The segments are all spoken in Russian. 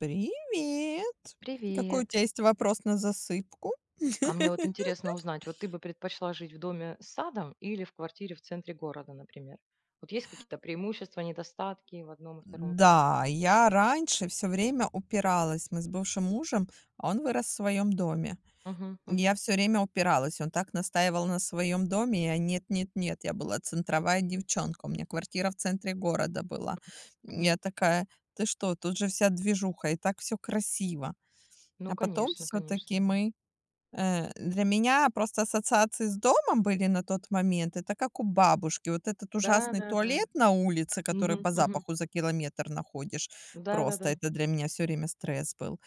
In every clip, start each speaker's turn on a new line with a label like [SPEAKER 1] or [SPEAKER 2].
[SPEAKER 1] Привет. Какой у
[SPEAKER 2] Привет.
[SPEAKER 1] тебя есть вопрос на засыпку?
[SPEAKER 2] А мне вот интересно узнать, вот ты бы предпочла жить в доме с садом или в квартире в центре города, например? Вот есть какие-то преимущества, недостатки в одном и втором варианте?
[SPEAKER 1] Да, я раньше все время упиралась. Мы с бывшим мужем, а он вырос в своем доме.
[SPEAKER 2] Мгм,
[SPEAKER 1] Я
[SPEAKER 2] мгм,
[SPEAKER 1] все время упиралась. Он так настаивал на своем доме. Я: "Нет, нет, нет". Я была центровая
[SPEAKER 2] мгм,
[SPEAKER 1] девчонка. У меня квартира в центре города была.
[SPEAKER 2] мгм.
[SPEAKER 1] Я такая: "Ты что, тут же вся движуха, и так все красиво".
[SPEAKER 2] Ну,
[SPEAKER 1] А потом
[SPEAKER 2] конечно,
[SPEAKER 1] все
[SPEAKER 2] конечно,
[SPEAKER 1] таки
[SPEAKER 2] да.
[SPEAKER 1] мы для меня просто ассоциации с домом были на тот момент. Это как у бабушки. Вот этот
[SPEAKER 2] Да,
[SPEAKER 1] ужасный
[SPEAKER 2] да, да.
[SPEAKER 1] туалет на улице, который
[SPEAKER 2] Мгм,
[SPEAKER 1] по
[SPEAKER 2] мгм.
[SPEAKER 1] запаху за километр находишь.
[SPEAKER 2] Да, да,
[SPEAKER 1] Просто
[SPEAKER 2] да.
[SPEAKER 1] это для меня все время стресс был.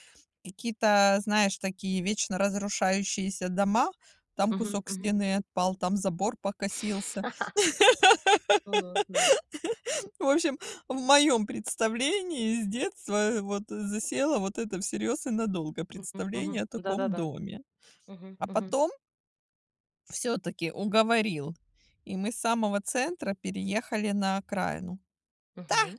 [SPEAKER 1] Какие-то, знаешь, такие вечно разрушающиеся дома. Там
[SPEAKER 2] Мгм,
[SPEAKER 1] кусок
[SPEAKER 2] мгм.
[SPEAKER 1] стены отпал, там забор покосился.
[SPEAKER 2] Ну-ну, да.
[SPEAKER 1] В общем, в моем представлении с детства вот засело вот это всерьез и надолго
[SPEAKER 2] Мгм, мгм.
[SPEAKER 1] представление о
[SPEAKER 2] Да, да,
[SPEAKER 1] таком
[SPEAKER 2] да.
[SPEAKER 1] доме.
[SPEAKER 2] Мгм,
[SPEAKER 1] А
[SPEAKER 2] мгм,
[SPEAKER 1] потом все таки уговорил, и мы с самого центра переехали на окраину.
[SPEAKER 2] мгм.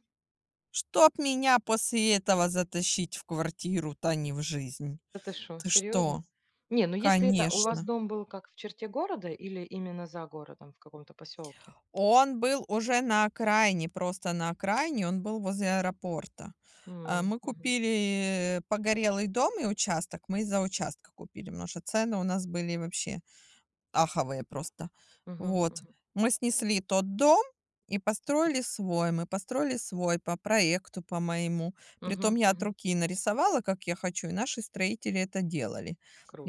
[SPEAKER 1] Чтоб меня после этого затащить в квартиру-то не в жизнь.
[SPEAKER 2] Да ты что,
[SPEAKER 1] Ты что?
[SPEAKER 2] серьезно? Не, ну если это у вас
[SPEAKER 1] Конечно.
[SPEAKER 2] дом был как в черте города или именно за городом, в каком-то поселке?
[SPEAKER 1] Он был уже на окраине, просто на окраине, он был возле аэропорта. А,
[SPEAKER 2] М,
[SPEAKER 1] мы
[SPEAKER 2] мгм,
[SPEAKER 1] купили погорелый дом и участок, мы из-за участка купили, потому что цены у нас были вообще аховые просто.
[SPEAKER 2] мгм,
[SPEAKER 1] Вот.
[SPEAKER 2] мгм,
[SPEAKER 1] Мы снесли тот дом и построили свой. Мы построили свой по проекту, по моему. Притом
[SPEAKER 2] мгм,
[SPEAKER 1] я от
[SPEAKER 2] мгм.
[SPEAKER 1] руки нарисовала, как я хочу, и наши строители это делали.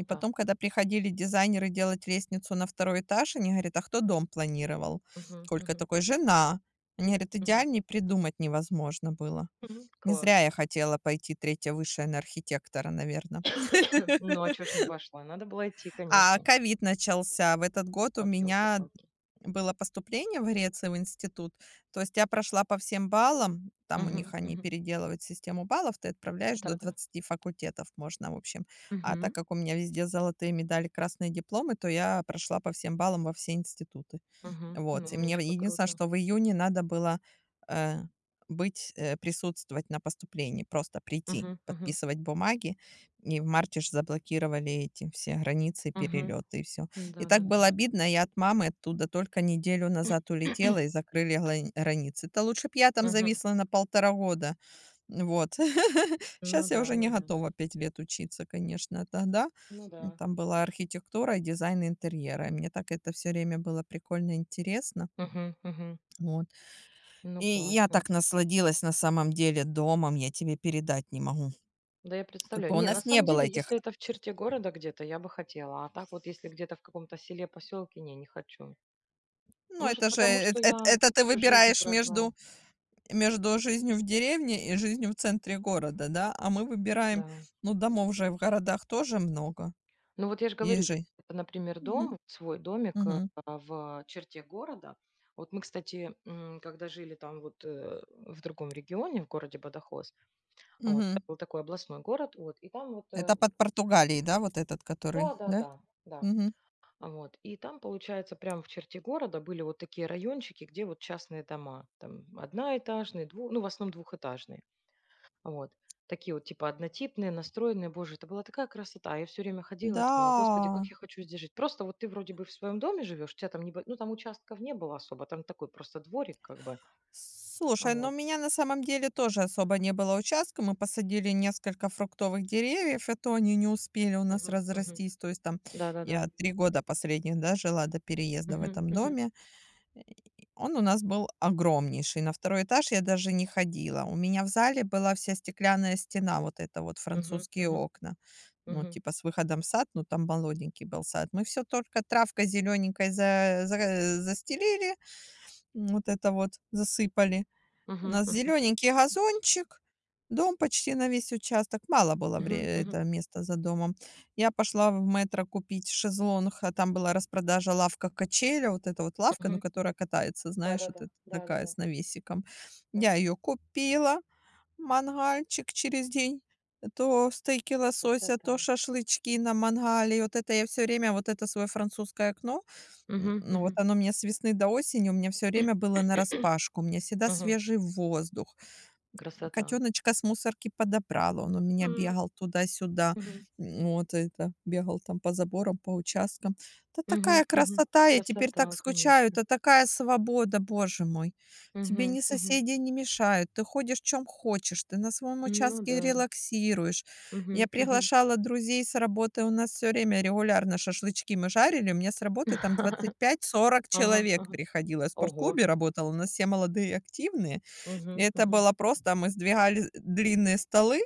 [SPEAKER 1] И потом, когда приходили дизайнеры делать лестницу на второй этаж, они говорят: "А кто дом планировал?"
[SPEAKER 2] Мгм,
[SPEAKER 1] Колька
[SPEAKER 2] мгм,
[SPEAKER 1] такой: "Жена". Они говорят:
[SPEAKER 2] мгм,
[SPEAKER 1] "Идеальней придумать невозможно было".
[SPEAKER 2] мгм.
[SPEAKER 1] Не зря
[SPEAKER 2] Класс.
[SPEAKER 1] я хотела пойти третье высшее на архитектора, наверное.
[SPEAKER 2] Ну, а чё ж не пошла? Надо было идти,
[SPEAKER 1] А
[SPEAKER 2] конечно.
[SPEAKER 1] ковид начался. В этот год у
[SPEAKER 2] Вот
[SPEAKER 1] меня
[SPEAKER 2] ёлки-палки.
[SPEAKER 1] было поступление в Греции в институт, то есть я прошла по всем баллам. Там у них
[SPEAKER 2] Мгм,
[SPEAKER 1] они
[SPEAKER 2] мгм.
[SPEAKER 1] переделывают систему баллов, ты отправляешь до
[SPEAKER 2] Да-да.
[SPEAKER 1] двадцати факультетов можно, в общем. А так
[SPEAKER 2] Мгм,
[SPEAKER 1] как у меня везде золотые медали, красные дипломы, то я прошла по всем баллам во все институты.
[SPEAKER 2] мгм. Ну,
[SPEAKER 1] Вот, и мне
[SPEAKER 2] умничка,
[SPEAKER 1] единственное,
[SPEAKER 2] круто.
[SPEAKER 1] что в июне надо было, э, быть, присутствовать на поступлении, просто прийти,
[SPEAKER 2] Мгм, мгм,
[SPEAKER 1] подписывать бумаги. И в марте ж заблокировали эти все границы,
[SPEAKER 2] мгм.
[SPEAKER 1] перелеты и все. И так
[SPEAKER 2] Да-да-да.
[SPEAKER 1] было обидно, я от мамы оттуда только неделю назад улетела и закрыли глань границы. Это лучше б я там
[SPEAKER 2] Мгм.
[SPEAKER 1] зависла на 1,5 года. Вот.
[SPEAKER 2] Ну
[SPEAKER 1] Сейчас я
[SPEAKER 2] да,
[SPEAKER 1] уже не
[SPEAKER 2] ну да.
[SPEAKER 1] готова 5 лет учиться, конечно, а тогда
[SPEAKER 2] Ну
[SPEAKER 1] ну,
[SPEAKER 2] да.
[SPEAKER 1] там была архитектура и дизайн интерьера. И мне так это все время было прикольно интересно.
[SPEAKER 2] Мгм, мгм.
[SPEAKER 1] Вот.
[SPEAKER 2] Ну,
[SPEAKER 1] И я
[SPEAKER 2] классно.
[SPEAKER 1] так насладилась на самом деле домом, я тебе передать не могу.
[SPEAKER 2] Да, я
[SPEAKER 1] Как
[SPEAKER 2] представляю.
[SPEAKER 1] бы у
[SPEAKER 2] Не, на
[SPEAKER 1] нас не
[SPEAKER 2] самом
[SPEAKER 1] было
[SPEAKER 2] деле,
[SPEAKER 1] этих...
[SPEAKER 2] если это в черте города где-то, я бы хотела. А так вот, если где-то в каком-то селе, поселке, не, не хочу.
[SPEAKER 1] Ну,
[SPEAKER 2] Может,
[SPEAKER 1] это же...
[SPEAKER 2] потому что я
[SPEAKER 1] Это, ты
[SPEAKER 2] всю жизнь
[SPEAKER 1] выбираешь
[SPEAKER 2] прожила,
[SPEAKER 1] между, между жизнью в деревне и жизнью в центре города, да? А мы выбираем...
[SPEAKER 2] да.
[SPEAKER 1] Ну, домов же в городах тоже много.
[SPEAKER 2] Ну вот я же говорю,
[SPEAKER 1] Есть же.
[SPEAKER 2] это, например,
[SPEAKER 1] Мгм.
[SPEAKER 2] дом, свой домик
[SPEAKER 1] Мгм.
[SPEAKER 2] в черте города. Вот мы, кстати, когда жили там вот в другом регионе, в городе Бадахос, вот, это
[SPEAKER 1] Мгм.
[SPEAKER 2] был такой областной город, вот, и там вот,
[SPEAKER 1] Это под Португалией, да, вот этот,
[SPEAKER 2] да,
[SPEAKER 1] который,
[SPEAKER 2] да,
[SPEAKER 1] да?
[SPEAKER 2] да, да,
[SPEAKER 1] Мгм.
[SPEAKER 2] а вот, и там, получается, прямо в черте города были вот такие райончики, где вот частные дома, там одноэтажные, ну, в основном двухэтажные. Вот. Такие вот, типа, однотипные, настроенные. Боже, это была такая красота. Я все время ходила и
[SPEAKER 1] Да.
[SPEAKER 2] думала, господи, как я хочу здесь жить. Просто вот ты вроде бы в своем доме живешь, у тебя там не... Ну, там участков не было особо, там такой просто дворик как бы.
[SPEAKER 1] Слушай, ну у
[SPEAKER 2] Вот.
[SPEAKER 1] меня на самом деле тоже особо не было участка. Мы посадили несколько фруктовых деревьев, и то они не успели у нас
[SPEAKER 2] Мгм, мгм.
[SPEAKER 1] разрастись. То есть там
[SPEAKER 2] Да-да-да.
[SPEAKER 1] я 3 года последних, да, жила до переезда в
[SPEAKER 2] Мгм,
[SPEAKER 1] этом
[SPEAKER 2] мгм,
[SPEAKER 1] доме. И он у нас был огромнейший. На второй этаж я даже не ходила. У меня в зале была вся стеклянная стена, вот это вот
[SPEAKER 2] мгм,
[SPEAKER 1] французские
[SPEAKER 2] мгм,
[SPEAKER 1] окна. Ну,
[SPEAKER 2] мгм,
[SPEAKER 1] типа с выходом в сад, ну там молоденький был сад. Мы все только травкой зелененькой застелили, вот это вот засыпали. У
[SPEAKER 2] мгм,
[SPEAKER 1] нас
[SPEAKER 2] мгм,
[SPEAKER 1] зелененький газончик, дом почти на весь участок. Мало было вре
[SPEAKER 2] мгм, мгм,
[SPEAKER 1] это места за домом. Я пошла в "Метро" купить шезлонг, а там была распродажа лавка-качеля. Вот эта вот лавка, ну,
[SPEAKER 2] мгм,
[SPEAKER 1] которая
[SPEAKER 2] мгм.
[SPEAKER 1] катается, знаешь, вот
[SPEAKER 2] Да-да-да.
[SPEAKER 1] эта такая
[SPEAKER 2] Да-да-да.
[SPEAKER 1] с навесиком.
[SPEAKER 2] А,
[SPEAKER 1] Я ее купила. Мангальчик через день. То стейки лосося,
[SPEAKER 2] красота.
[SPEAKER 1] то шашлычки на мангале. И вот это я все время, вот это свое французское окно,
[SPEAKER 2] Мгм,
[SPEAKER 1] ну, вот
[SPEAKER 2] мгм.
[SPEAKER 1] оно у меня с весны до осени, у меня все время было нараспашку. У меня всегда
[SPEAKER 2] Мгм.
[SPEAKER 1] свежий воздух.
[SPEAKER 2] Красота.
[SPEAKER 1] Котеночка с мусорки подобрала. Он у меня
[SPEAKER 2] Мгм,
[SPEAKER 1] бегал туда-сюда.
[SPEAKER 2] мгм,
[SPEAKER 1] Вот это, бегал там по заборам, по участкам. Да
[SPEAKER 2] мгм,
[SPEAKER 1] такая
[SPEAKER 2] мгм.
[SPEAKER 1] красота! Я теперь так
[SPEAKER 2] Красота,
[SPEAKER 1] скучаю.
[SPEAKER 2] конечно.
[SPEAKER 1] Это такая свобода, боже мой! Тебе ни
[SPEAKER 2] Мгм, мгм.
[SPEAKER 1] соседи не мешают. Ты ходишь чем хочешь. Ты на своем
[SPEAKER 2] Ну
[SPEAKER 1] участке
[SPEAKER 2] да.
[SPEAKER 1] релаксируешь. Я
[SPEAKER 2] Мгм, мгм.
[SPEAKER 1] приглашала друзей с работы. У нас все время регулярно шашлычки мы жарили. У меня с работы там 25-40
[SPEAKER 2] Ага,
[SPEAKER 1] человек
[SPEAKER 2] ага.
[SPEAKER 1] приходило. Я в
[SPEAKER 2] Ого.
[SPEAKER 1] спортклубе работала. У нас все молодые и активные.
[SPEAKER 2] Мгм,
[SPEAKER 1] Это
[SPEAKER 2] мгм.
[SPEAKER 1] было просто, мы сдвигали длинные столы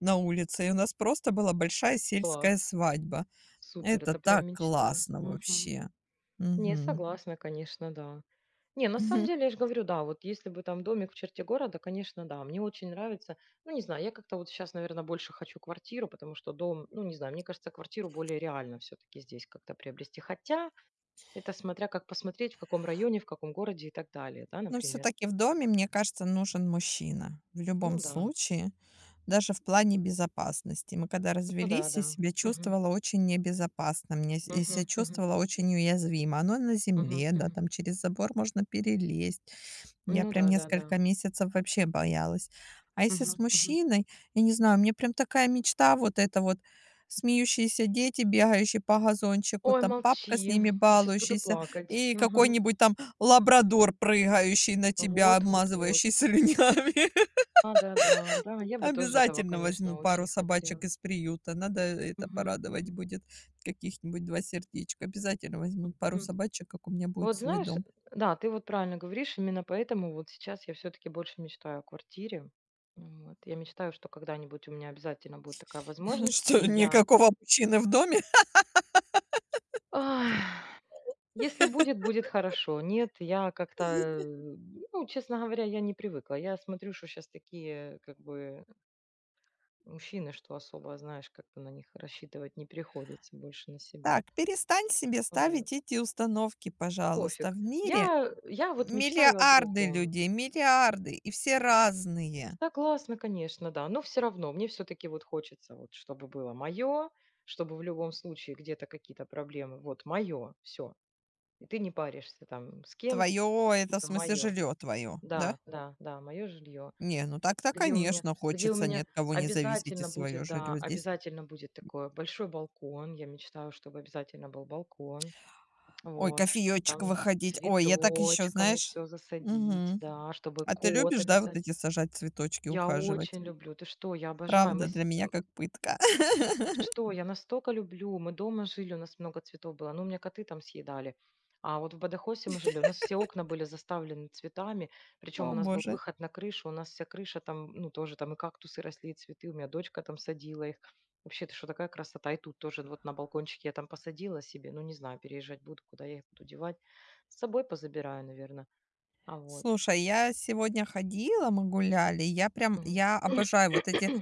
[SPEAKER 1] на улице, и у нас просто была большая
[SPEAKER 2] Класс.
[SPEAKER 1] сельская свадьба.
[SPEAKER 2] Супер,
[SPEAKER 1] Это
[SPEAKER 2] это прям
[SPEAKER 1] так
[SPEAKER 2] мечта.
[SPEAKER 1] классно
[SPEAKER 2] Мгм.
[SPEAKER 1] вообще.
[SPEAKER 2] Не,
[SPEAKER 1] Мгм.
[SPEAKER 2] согласна, конечно, да. Не, на самом
[SPEAKER 1] Мгм.
[SPEAKER 2] деле, я же говорю, да, вот если бы там домик в черте города, конечно, да, мне очень нравится. Ну, не знаю, я как-то вот сейчас, наверное, больше хочу квартиру, потому что дом, ну, не знаю, мне кажется, квартиру более реально все-таки здесь как-то приобрести. Хотя это смотря как посмотреть, в каком районе, в каком городе и так далее, да,
[SPEAKER 1] Но все
[SPEAKER 2] например.
[SPEAKER 1] таки в доме, мне кажется, нужен мужчина в любом
[SPEAKER 2] Ну да,
[SPEAKER 1] случае, даже в плане безопасности. Мы когда
[SPEAKER 2] ну да,
[SPEAKER 1] развелись, я
[SPEAKER 2] да.
[SPEAKER 1] себя
[SPEAKER 2] Мгм.
[SPEAKER 1] чувствовала очень небезопасно, мне с я себя
[SPEAKER 2] Мгм, мгм,
[SPEAKER 1] чувствовала очень уязвимо. Оно на
[SPEAKER 2] мгм,
[SPEAKER 1] земле, да,
[SPEAKER 2] мгм.
[SPEAKER 1] там через забор можно перелезть. Я
[SPEAKER 2] Ну
[SPEAKER 1] прям
[SPEAKER 2] да, да-да.
[SPEAKER 1] несколько месяцев вообще боялась. А если с
[SPEAKER 2] Мгм, мгм.
[SPEAKER 1] мужчиной, я не знаю, мне прям такая мечта вот это вот: смеющиеся дети, бегающие по газончику,
[SPEAKER 2] Ой,
[SPEAKER 1] там
[SPEAKER 2] молчи,
[SPEAKER 1] папка с
[SPEAKER 2] я
[SPEAKER 1] ними
[SPEAKER 2] сейчас буду
[SPEAKER 1] балующийся
[SPEAKER 2] плакать.
[SPEAKER 1] и
[SPEAKER 2] Мгм.
[SPEAKER 1] какой-нибудь там лабрадор, прыгающий на тебя,
[SPEAKER 2] Вот, вот, вот.
[SPEAKER 1] обмазывающий слюнями.
[SPEAKER 2] А, да-да, да, да, я бы тоже этого,
[SPEAKER 1] Обязательно
[SPEAKER 2] конечно,
[SPEAKER 1] возьму пару
[SPEAKER 2] очень
[SPEAKER 1] собачек
[SPEAKER 2] хотела.
[SPEAKER 1] из приюта. Надо это
[SPEAKER 2] Мгм,
[SPEAKER 1] порадовать
[SPEAKER 2] мгм,
[SPEAKER 1] будет. Каких-нибудь 2 сердечка. Обязательно возьму пару
[SPEAKER 2] мгм.
[SPEAKER 1] собачек, как у меня будет
[SPEAKER 2] Вот
[SPEAKER 1] свой
[SPEAKER 2] знаешь,
[SPEAKER 1] дом.
[SPEAKER 2] да, ты вот правильно говоришь, именно поэтому вот сейчас я все-таки больше мечтаю о квартире. Вот. Я мечтаю, что когда-нибудь у меня обязательно будет такая возможность, и
[SPEAKER 1] Что,
[SPEAKER 2] я
[SPEAKER 1] никакого мужчины в доме?
[SPEAKER 2] Если будет, будет хорошо. Нет, я как-то, ну, честно говоря, я не привыкла. Я смотрю, что сейчас такие, как бы, мужчины, что особо, знаешь, как-то на них рассчитывать не приходится, больше на себя.
[SPEAKER 1] Так, перестань себе
[SPEAKER 2] Вот.
[SPEAKER 1] ставить эти установки, пожалуйста.
[SPEAKER 2] Пофиг.
[SPEAKER 1] В
[SPEAKER 2] Я,
[SPEAKER 1] мире
[SPEAKER 2] я вот мечтаю о
[SPEAKER 1] миллиарды
[SPEAKER 2] другом.
[SPEAKER 1] людей, миллиарды, и все разные.
[SPEAKER 2] Согласна, конечно, да. Но все равно мне все-таки вот хочется, вот, чтобы было мое, чтобы в любом случае где-то какие-то проблемы. Вот мое, все. И ты не паришься там с кем-то,
[SPEAKER 1] Твое это, в смысле,
[SPEAKER 2] мое.
[SPEAKER 1] жилье твое, да?
[SPEAKER 2] Да, да, да, мое жилье.
[SPEAKER 1] Не, ну так-то,
[SPEAKER 2] Где у меня
[SPEAKER 1] конечно,
[SPEAKER 2] где у
[SPEAKER 1] хочется ни
[SPEAKER 2] меня
[SPEAKER 1] от кого не зависеть и
[SPEAKER 2] обязательно
[SPEAKER 1] свое
[SPEAKER 2] будет, да,
[SPEAKER 1] жилье здесь.
[SPEAKER 2] обязательно будет такое, большой балкон. Я мечтаю, чтобы обязательно был балкон.
[SPEAKER 1] Ой,
[SPEAKER 2] Вот, что
[SPEAKER 1] кофеечек
[SPEAKER 2] там
[SPEAKER 1] выходить. Ой, я так еще,
[SPEAKER 2] цветочками
[SPEAKER 1] знаешь.
[SPEAKER 2] все засадить,
[SPEAKER 1] Мгм.
[SPEAKER 2] да, чтобы
[SPEAKER 1] А ты
[SPEAKER 2] кот
[SPEAKER 1] любишь, да, вот
[SPEAKER 2] обязательно.
[SPEAKER 1] эти сажать цветочки,
[SPEAKER 2] Я
[SPEAKER 1] ухаживать?
[SPEAKER 2] очень люблю, ты что, я обожаю. Мы
[SPEAKER 1] Правда, для
[SPEAKER 2] с
[SPEAKER 1] меня как пытка.
[SPEAKER 2] Что, я настолько люблю. Мы дома жили, у нас много цветов было. Ну, у меня коты там съедали. А вот в Бадахосе мы жили, у нас все окна были заставлены цветами, причем
[SPEAKER 1] О
[SPEAKER 2] у нас был
[SPEAKER 1] боже.
[SPEAKER 2] выход на крышу, у нас вся крыша там, ну, тоже там и кактусы росли, и цветы, у меня дочка там садила их. Вообще, это что, такая красота. И тут тоже вот на балкончике я там посадила себе, ну, не знаю, переезжать буду, куда я их буду девать. С собой позабираю, наверное. А вот.
[SPEAKER 1] Слушай, я сегодня ходила, мы гуляли. Я прям,
[SPEAKER 2] Мгм.
[SPEAKER 1] я обожаю вот эти,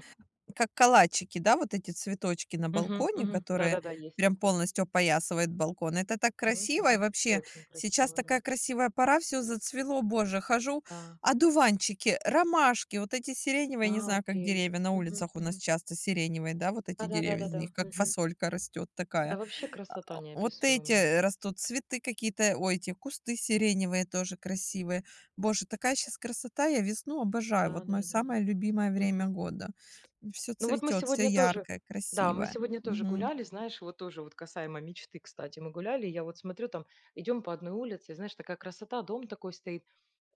[SPEAKER 1] как калачики, да, вот эти цветочки на
[SPEAKER 2] Мгм,
[SPEAKER 1] балконе,
[SPEAKER 2] мгм.
[SPEAKER 1] которые
[SPEAKER 2] Да-да-да, есть
[SPEAKER 1] прям
[SPEAKER 2] такое.
[SPEAKER 1] полностью опоясывают балкон. Это так
[SPEAKER 2] Мгм,
[SPEAKER 1] красиво. И
[SPEAKER 2] мгм.
[SPEAKER 1] вообще,
[SPEAKER 2] Очень
[SPEAKER 1] сейчас
[SPEAKER 2] красиво, да.
[SPEAKER 1] такая красивая пора, все зацвело, боже. Хожу,
[SPEAKER 2] Да.
[SPEAKER 1] одуванчики, ромашки, вот эти сиреневые, не
[SPEAKER 2] А,
[SPEAKER 1] знаю, как деревья
[SPEAKER 2] прелесть.
[SPEAKER 1] на
[SPEAKER 2] Мгм,
[SPEAKER 1] улицах у нас
[SPEAKER 2] мгм.
[SPEAKER 1] часто сиреневые, да, вот эти деревья из
[SPEAKER 2] Да-да-да-да-да.
[SPEAKER 1] них, как
[SPEAKER 2] Мгм.
[SPEAKER 1] фасолька растет
[SPEAKER 2] Да,
[SPEAKER 1] такая.
[SPEAKER 2] вообще красота
[SPEAKER 1] Вот эти
[SPEAKER 2] неописуемая.
[SPEAKER 1] растут цветы какие-то, ой, эти кусты сиреневые тоже красивые. Боже, такая сейчас красота, я весну обожаю. Вот мое
[SPEAKER 2] Да-да-да.
[SPEAKER 1] самое любимое время
[SPEAKER 2] Мгм.
[SPEAKER 1] года. Все
[SPEAKER 2] Ну вот мы
[SPEAKER 1] цветет, все
[SPEAKER 2] сегодня тоже
[SPEAKER 1] яркое,
[SPEAKER 2] да, мы
[SPEAKER 1] красивое.
[SPEAKER 2] сегодня тоже
[SPEAKER 1] Мгм.
[SPEAKER 2] гуляли, знаешь, вот тоже вот касаемо мечты, кстати, мы гуляли, и я вот смотрю, там идем по одной улице, и знаешь, такая красота, дом такой стоит,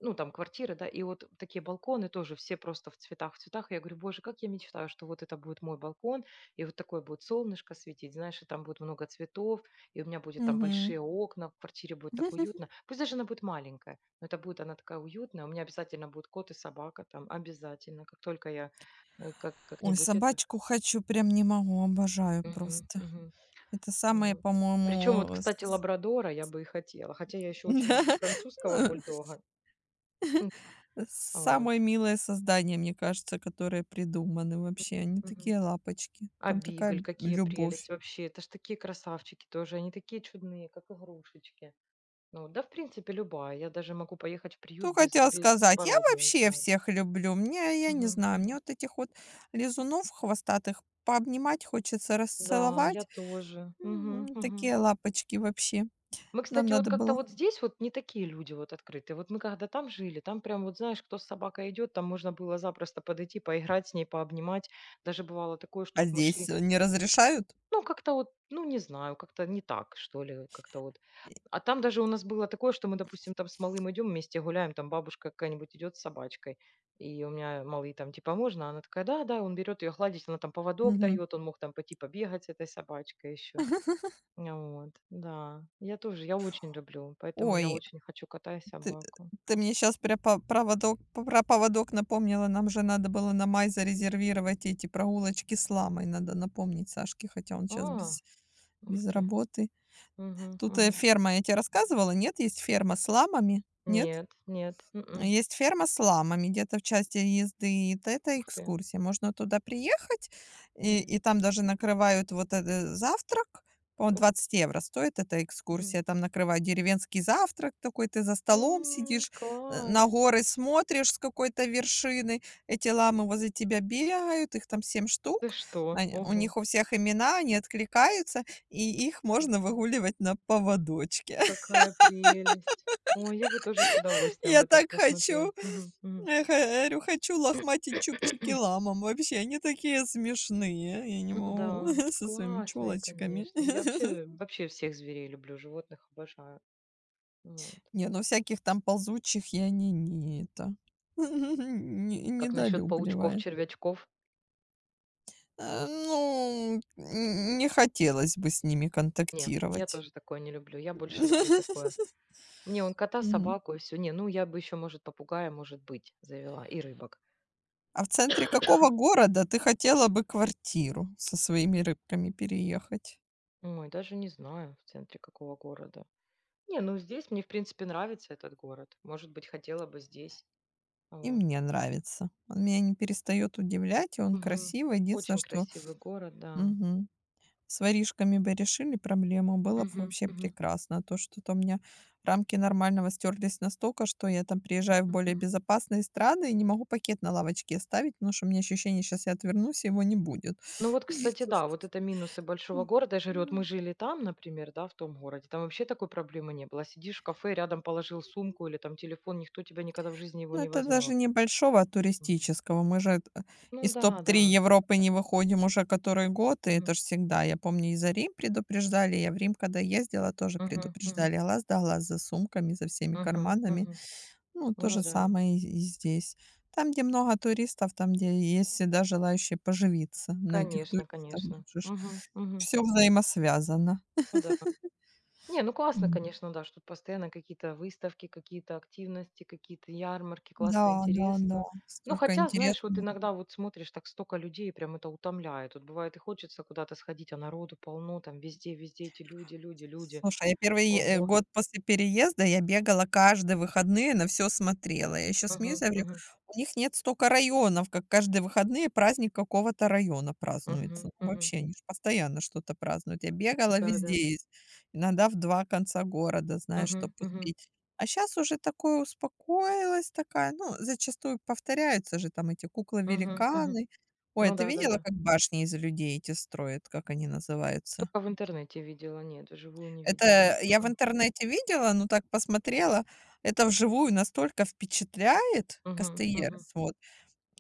[SPEAKER 2] ну, там квартира, да, и вот такие балконы тоже все просто в цветах, в цветах. И я говорю, боже, как я мечтаю, что вот это будет мой балкон, и вот такое будет солнышко светить, знаешь, и там будет много цветов, и у меня будет там
[SPEAKER 1] Мгм.
[SPEAKER 2] большие окна, в квартире будет так уютно. Пусть даже она будет маленькая, но это будет она такая уютная, у меня обязательно будет кот и собака там, обязательно, как только я Э, как
[SPEAKER 1] Ой,
[SPEAKER 2] как-нибудь это.
[SPEAKER 1] собачку хочу, прям не могу, обожаю
[SPEAKER 2] Мгм,
[SPEAKER 1] просто.
[SPEAKER 2] мгм.
[SPEAKER 1] Это самое,
[SPEAKER 2] Вот. Причем вот,
[SPEAKER 1] по-моему,
[SPEAKER 2] кстати, лабрадора я бы и хотела, хотя я еще очень
[SPEAKER 1] да,
[SPEAKER 2] люблю французского
[SPEAKER 1] ну,
[SPEAKER 2] бульдога. М, вот.
[SPEAKER 1] самое милое создание, мне кажется, которое придуманы вообще. Они
[SPEAKER 2] Мгм.
[SPEAKER 1] такие лапочки,
[SPEAKER 2] А
[SPEAKER 1] там
[SPEAKER 2] бигль,
[SPEAKER 1] такая
[SPEAKER 2] какие прелесть
[SPEAKER 1] любовь.
[SPEAKER 2] вообще. Это ж такие красавчики тоже, они такие чудные, как игрушечки. Ну да, в принципе, любая. Я даже могу поехать в приют
[SPEAKER 1] Что
[SPEAKER 2] без
[SPEAKER 1] хотела
[SPEAKER 2] без
[SPEAKER 1] сказать. Я
[SPEAKER 2] породную
[SPEAKER 1] вообще
[SPEAKER 2] взять.
[SPEAKER 1] всех люблю. Мне, я не
[SPEAKER 2] Мгм,
[SPEAKER 1] знаю, мне
[SPEAKER 2] мгм.
[SPEAKER 1] вот этих вот лизунов хвостатых пообнимать хочется,
[SPEAKER 2] Да, я
[SPEAKER 1] расцеловать.
[SPEAKER 2] тоже. Мгм,
[SPEAKER 1] Такие
[SPEAKER 2] мгм.
[SPEAKER 1] лапочки вообще.
[SPEAKER 2] Мы,
[SPEAKER 1] Нам
[SPEAKER 2] кстати, вот
[SPEAKER 1] надо
[SPEAKER 2] как-то
[SPEAKER 1] было.
[SPEAKER 2] вот здесь вот не такие люди вот открытые. Вот мы когда там жили, там прям вот знаешь, кто с собакой идет, там можно было запросто подойти, поиграть с ней, пообнимать. Даже бывало такое, что
[SPEAKER 1] А
[SPEAKER 2] вот мы
[SPEAKER 1] здесь
[SPEAKER 2] шли,
[SPEAKER 1] не разрешают?
[SPEAKER 2] ну как-то вот, ну не знаю, как-то не так, что ли, как-то вот. А там даже у нас было такое, что мы, допустим, там с малым идем вместе гуляем, там бабушка какая-нибудь идет с собачкой. И у меня малый там типа можно, она такая, да, да, он берет ее гладить, она там поводок
[SPEAKER 1] Мгм.
[SPEAKER 2] дает, он мог там пойти побегать с этой собачкой еще вот, да. Я тоже, я очень люблю, поэтому я
[SPEAKER 1] Ой,
[SPEAKER 2] очень хочу кота и
[SPEAKER 1] ты,
[SPEAKER 2] собаку.
[SPEAKER 1] ты мне сейчас про, проводок, про поводок напомнила. Нам же надо было на май зарезервировать эти прогулочки с ламой. Надо напомнить Сашке, хотя он сейчас
[SPEAKER 2] А,
[SPEAKER 1] без,
[SPEAKER 2] ух
[SPEAKER 1] без
[SPEAKER 2] ты.
[SPEAKER 1] работы.
[SPEAKER 2] Мгм,
[SPEAKER 1] Тут
[SPEAKER 2] мгм.
[SPEAKER 1] ферма, я тебе рассказывала, нет? Есть ферма с ламами, нет?
[SPEAKER 2] Нет, нет,
[SPEAKER 1] Есть ферма с ламами где-то в часе езды. И т это
[SPEAKER 2] Ух ты.
[SPEAKER 1] экскурсия. Можно туда приехать, и
[SPEAKER 2] Мгм.
[SPEAKER 1] и там даже накрывают вот этот завтрак. По-моему,
[SPEAKER 2] Ух ты.
[SPEAKER 1] 20 евро стоит эта
[SPEAKER 2] Мгм.
[SPEAKER 1] экскурсия. Там накрывают деревенский завтрак такой. Ты за столом
[SPEAKER 2] М,
[SPEAKER 1] сидишь, на
[SPEAKER 2] класс.
[SPEAKER 1] горы смотришь с какой-то вершины. Эти ламы возле тебя бегают, их там семь
[SPEAKER 2] Ты
[SPEAKER 1] штук.
[SPEAKER 2] что?
[SPEAKER 1] Они у
[SPEAKER 2] Ого,
[SPEAKER 1] них у всех имена, они откликаются, и их
[SPEAKER 2] как
[SPEAKER 1] можно выгуливать на поводочке.
[SPEAKER 2] какая прелесть. Ой, я бы тоже с удовольствием
[SPEAKER 1] Я
[SPEAKER 2] бы
[SPEAKER 1] так
[SPEAKER 2] так посмотрела.
[SPEAKER 1] хочу.
[SPEAKER 2] Мгм, мгм.
[SPEAKER 1] Я харю хочу лохматить чубчики ламам. Вообще, они такие смешные. Я не
[SPEAKER 2] Ну
[SPEAKER 1] могу
[SPEAKER 2] да,
[SPEAKER 1] со своими
[SPEAKER 2] классные,
[SPEAKER 1] чулочками.
[SPEAKER 2] конечно. Я вообще всех зверей люблю, животных обожаю. Вот.
[SPEAKER 1] Не, ну всяких там ползучих я не это не
[SPEAKER 2] Как насчет паучков,
[SPEAKER 1] недолюбливаю.
[SPEAKER 2] червячков?
[SPEAKER 1] Э, ну, н не хотелось бы с ними
[SPEAKER 2] Не, я
[SPEAKER 1] контактировать.
[SPEAKER 2] тоже такое не люблю. Я больше люблю такое. Мне он кота,
[SPEAKER 1] Мгм.
[SPEAKER 2] собаку и все. Не, ну я бы еще, может, попугая, может быть, завела и рыбок.
[SPEAKER 1] А в центре какого города ты хотела бы квартиру со своими рыбками переехать?
[SPEAKER 2] Ой, даже не знаю, в центре какого города. Не, ну здесь мне, в принципе, нравится этот город. Может быть, хотела бы здесь.
[SPEAKER 1] И
[SPEAKER 2] Вот.
[SPEAKER 1] мне нравится. Он меня не перестает удивлять, и он
[SPEAKER 2] Мгм.
[SPEAKER 1] красивый. Единственное,
[SPEAKER 2] Очень
[SPEAKER 1] что
[SPEAKER 2] красивый город, да.
[SPEAKER 1] мгм. С воришками бы решили проблему, было б
[SPEAKER 2] Мгм,
[SPEAKER 1] вообще
[SPEAKER 2] мгм,
[SPEAKER 1] прекрасно. А то что-то у меня рамки нормального стерлись настолько, что я там приезжаю в более
[SPEAKER 2] мгм.
[SPEAKER 1] безопасные страны и не могу пакет на лавочке оставить, потому что у меня ощущение, сейчас я отвернусь, и его не будет.
[SPEAKER 2] Ну вот, кстати, да, вот это минусы большого
[SPEAKER 1] М,
[SPEAKER 2] города. Я же говорю, вот мы
[SPEAKER 1] м.
[SPEAKER 2] жили там, например, да, в том городе, там вообще такой проблемы не было. Сидишь в кафе, рядом положил сумку или там телефон, никто тебя никогда в жизни его
[SPEAKER 1] Ну,
[SPEAKER 2] не
[SPEAKER 1] это даже
[SPEAKER 2] возьмет.
[SPEAKER 1] небольшого а
[SPEAKER 2] Мгм.
[SPEAKER 1] туристического. Мы же т
[SPEAKER 2] Ну
[SPEAKER 1] из топ
[SPEAKER 2] да,
[SPEAKER 1] три
[SPEAKER 2] да.
[SPEAKER 1] Европы не выходим уже который год, и это
[SPEAKER 2] Мгм.
[SPEAKER 1] же всегда. Я помню, и за Рим предупреждали. Я в Рим, когда ездила, тоже
[SPEAKER 2] Мгм. Мгм.
[SPEAKER 1] предупреждали. Глаз да глаз за сумками, за всеми
[SPEAKER 2] Мгм.
[SPEAKER 1] карманами.
[SPEAKER 2] Мгм.
[SPEAKER 1] Ну, то же
[SPEAKER 2] Ну да.
[SPEAKER 1] самое и здесь. Там, где много туристов, там, где есть всегда желающие поживиться на этих
[SPEAKER 2] Конечно,
[SPEAKER 1] туристах.
[SPEAKER 2] конечно.
[SPEAKER 1] Все
[SPEAKER 2] Мгм. Мгм.
[SPEAKER 1] взаимосвязано.
[SPEAKER 2] Ну да. Не, ну классно,
[SPEAKER 1] М.
[SPEAKER 2] конечно, да, что постоянно какие-то выставки, какие-то активности, какие-то ярмарки. Классно,
[SPEAKER 1] Да, да, да.
[SPEAKER 2] интересно. Ну,
[SPEAKER 1] Столько
[SPEAKER 2] хотя, знаешь, вот
[SPEAKER 1] интересного.
[SPEAKER 2] иногда вот смотришь, так столько людей, прям это утомляет. Вот бывает и хочется куда-то сходить, а народу полно, там везде, везде эти люди, люди, люди.
[SPEAKER 1] Слушай, я первый
[SPEAKER 2] Ого.
[SPEAKER 1] год после переезда я бегала каждые выходные, на все смотрела. Я еще смеюсь,
[SPEAKER 2] Мгм.
[SPEAKER 1] я говорю:
[SPEAKER 2] Мгм.
[SPEAKER 1] "У них нет столько районов, как каждые выходные праздник какого-то района празднуется".
[SPEAKER 2] Мгм.
[SPEAKER 1] Ну,
[SPEAKER 2] Мгм.
[SPEAKER 1] вообще, они ж постоянно что-то празднуют. Я
[SPEAKER 2] Ну
[SPEAKER 1] бегала
[SPEAKER 2] да,
[SPEAKER 1] везде,
[SPEAKER 2] да, да.
[SPEAKER 1] из иногда в 2 конца города, знаешь, чтобы
[SPEAKER 2] Мгм. Мгм.
[SPEAKER 1] успеть. А сейчас уже такое успокоилась такая, ну, зачастую повторяются же там эти
[SPEAKER 2] Мгм. Мгм.
[SPEAKER 1] куклы-великаны. Ой, а
[SPEAKER 2] Ну
[SPEAKER 1] ты
[SPEAKER 2] да, да,
[SPEAKER 1] видела,
[SPEAKER 2] да.
[SPEAKER 1] как башни из людей эти строят, как они называются?
[SPEAKER 2] Только в интернете видела, нет, вживую не видела.
[SPEAKER 1] Это я в
[SPEAKER 2] м
[SPEAKER 1] интернете видела, ну так посмотрела. Это вживую настолько впечатляет
[SPEAKER 2] Мгм, мгм.
[SPEAKER 1] Кастельерс, вот.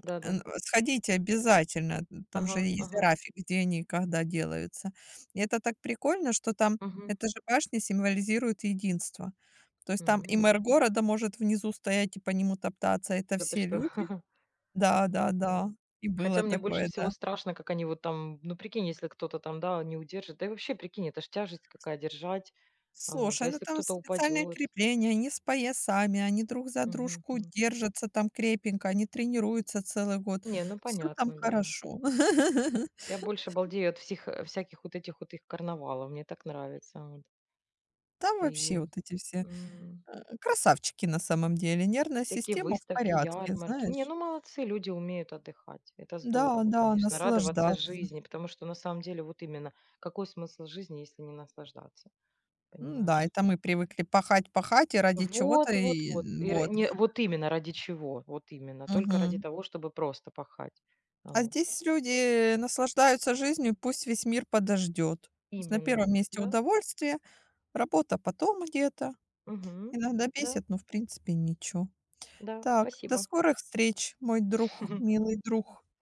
[SPEAKER 2] Да-да.
[SPEAKER 1] Сходите обязательно, там
[SPEAKER 2] Ага,
[SPEAKER 1] же есть
[SPEAKER 2] ага.
[SPEAKER 1] график, где они и когда делаются. И это так прикольно, что там
[SPEAKER 2] Мгм.
[SPEAKER 1] эта же башня символизирует единство. То есть там и
[SPEAKER 2] М.
[SPEAKER 1] мэр города может внизу стоять и по нему топтаться. Это
[SPEAKER 2] Да ты
[SPEAKER 1] все
[SPEAKER 2] что?
[SPEAKER 1] люди.
[SPEAKER 2] Ну
[SPEAKER 1] Да-да-да.
[SPEAKER 2] да.
[SPEAKER 1] И
[SPEAKER 2] Хотя
[SPEAKER 1] было
[SPEAKER 2] мне больше
[SPEAKER 1] такое,
[SPEAKER 2] всего
[SPEAKER 1] да.
[SPEAKER 2] страшно, как они вот там, ну, прикинь, если кто-то там, да, не удержит. Да и вообще, прикинь, это ж тяжесть какая держать. А вот. А
[SPEAKER 1] Слушай, ну
[SPEAKER 2] если
[SPEAKER 1] там
[SPEAKER 2] кто-то
[SPEAKER 1] специальные
[SPEAKER 2] упадет?
[SPEAKER 1] крепления, они с поясами, они друг за
[SPEAKER 2] Мгм,
[SPEAKER 1] дружку
[SPEAKER 2] мгм.
[SPEAKER 1] держатся там крепенько, они тренируются целый год.
[SPEAKER 2] Не, ну
[SPEAKER 1] Все там
[SPEAKER 2] понятно, да.
[SPEAKER 1] хорошо.
[SPEAKER 2] Я больше балдею от всех, всяких вот этих вот их карнавалов. Мне так нравится. Вот.
[SPEAKER 1] Там
[SPEAKER 2] И,
[SPEAKER 1] вообще вот эти все,
[SPEAKER 2] м.
[SPEAKER 1] э, красавчики на самом деле. Нервная
[SPEAKER 2] Всякие
[SPEAKER 1] система в
[SPEAKER 2] выставки,
[SPEAKER 1] порядке,
[SPEAKER 2] ярмарки. Не,
[SPEAKER 1] знаешь.
[SPEAKER 2] ну молодцы, люди умеют отдыхать. Это
[SPEAKER 1] Да,
[SPEAKER 2] здорово,
[SPEAKER 1] да,
[SPEAKER 2] конечно, радоваться
[SPEAKER 1] наслаждаться.
[SPEAKER 2] жизни, потому что на самом деле вот именно какой смысл жизни, если не наслаждаться,
[SPEAKER 1] М-да,
[SPEAKER 2] понимаешь?
[SPEAKER 1] это мы привыкли пахать, пахать и ради чего-то,
[SPEAKER 2] Вот, вот, вот.
[SPEAKER 1] вот.
[SPEAKER 2] Не, вот именно ради чего, вот именно. Только ради
[SPEAKER 1] Мгм.
[SPEAKER 2] того, чтобы просто пахать. А
[SPEAKER 1] А
[SPEAKER 2] вот.
[SPEAKER 1] здесь люди наслаждаются жизнью, пусть весь мир подождет. То есть на
[SPEAKER 2] Именно,
[SPEAKER 1] первом месте
[SPEAKER 2] да?
[SPEAKER 1] удовольствие. Работа потом где-то.
[SPEAKER 2] Мгм.
[SPEAKER 1] Иногда
[SPEAKER 2] Да,
[SPEAKER 1] бесит, но в принципе ничего.
[SPEAKER 2] да,
[SPEAKER 1] Так, до
[SPEAKER 2] спасибо.
[SPEAKER 1] скорых встреч, мой друг, милый друг.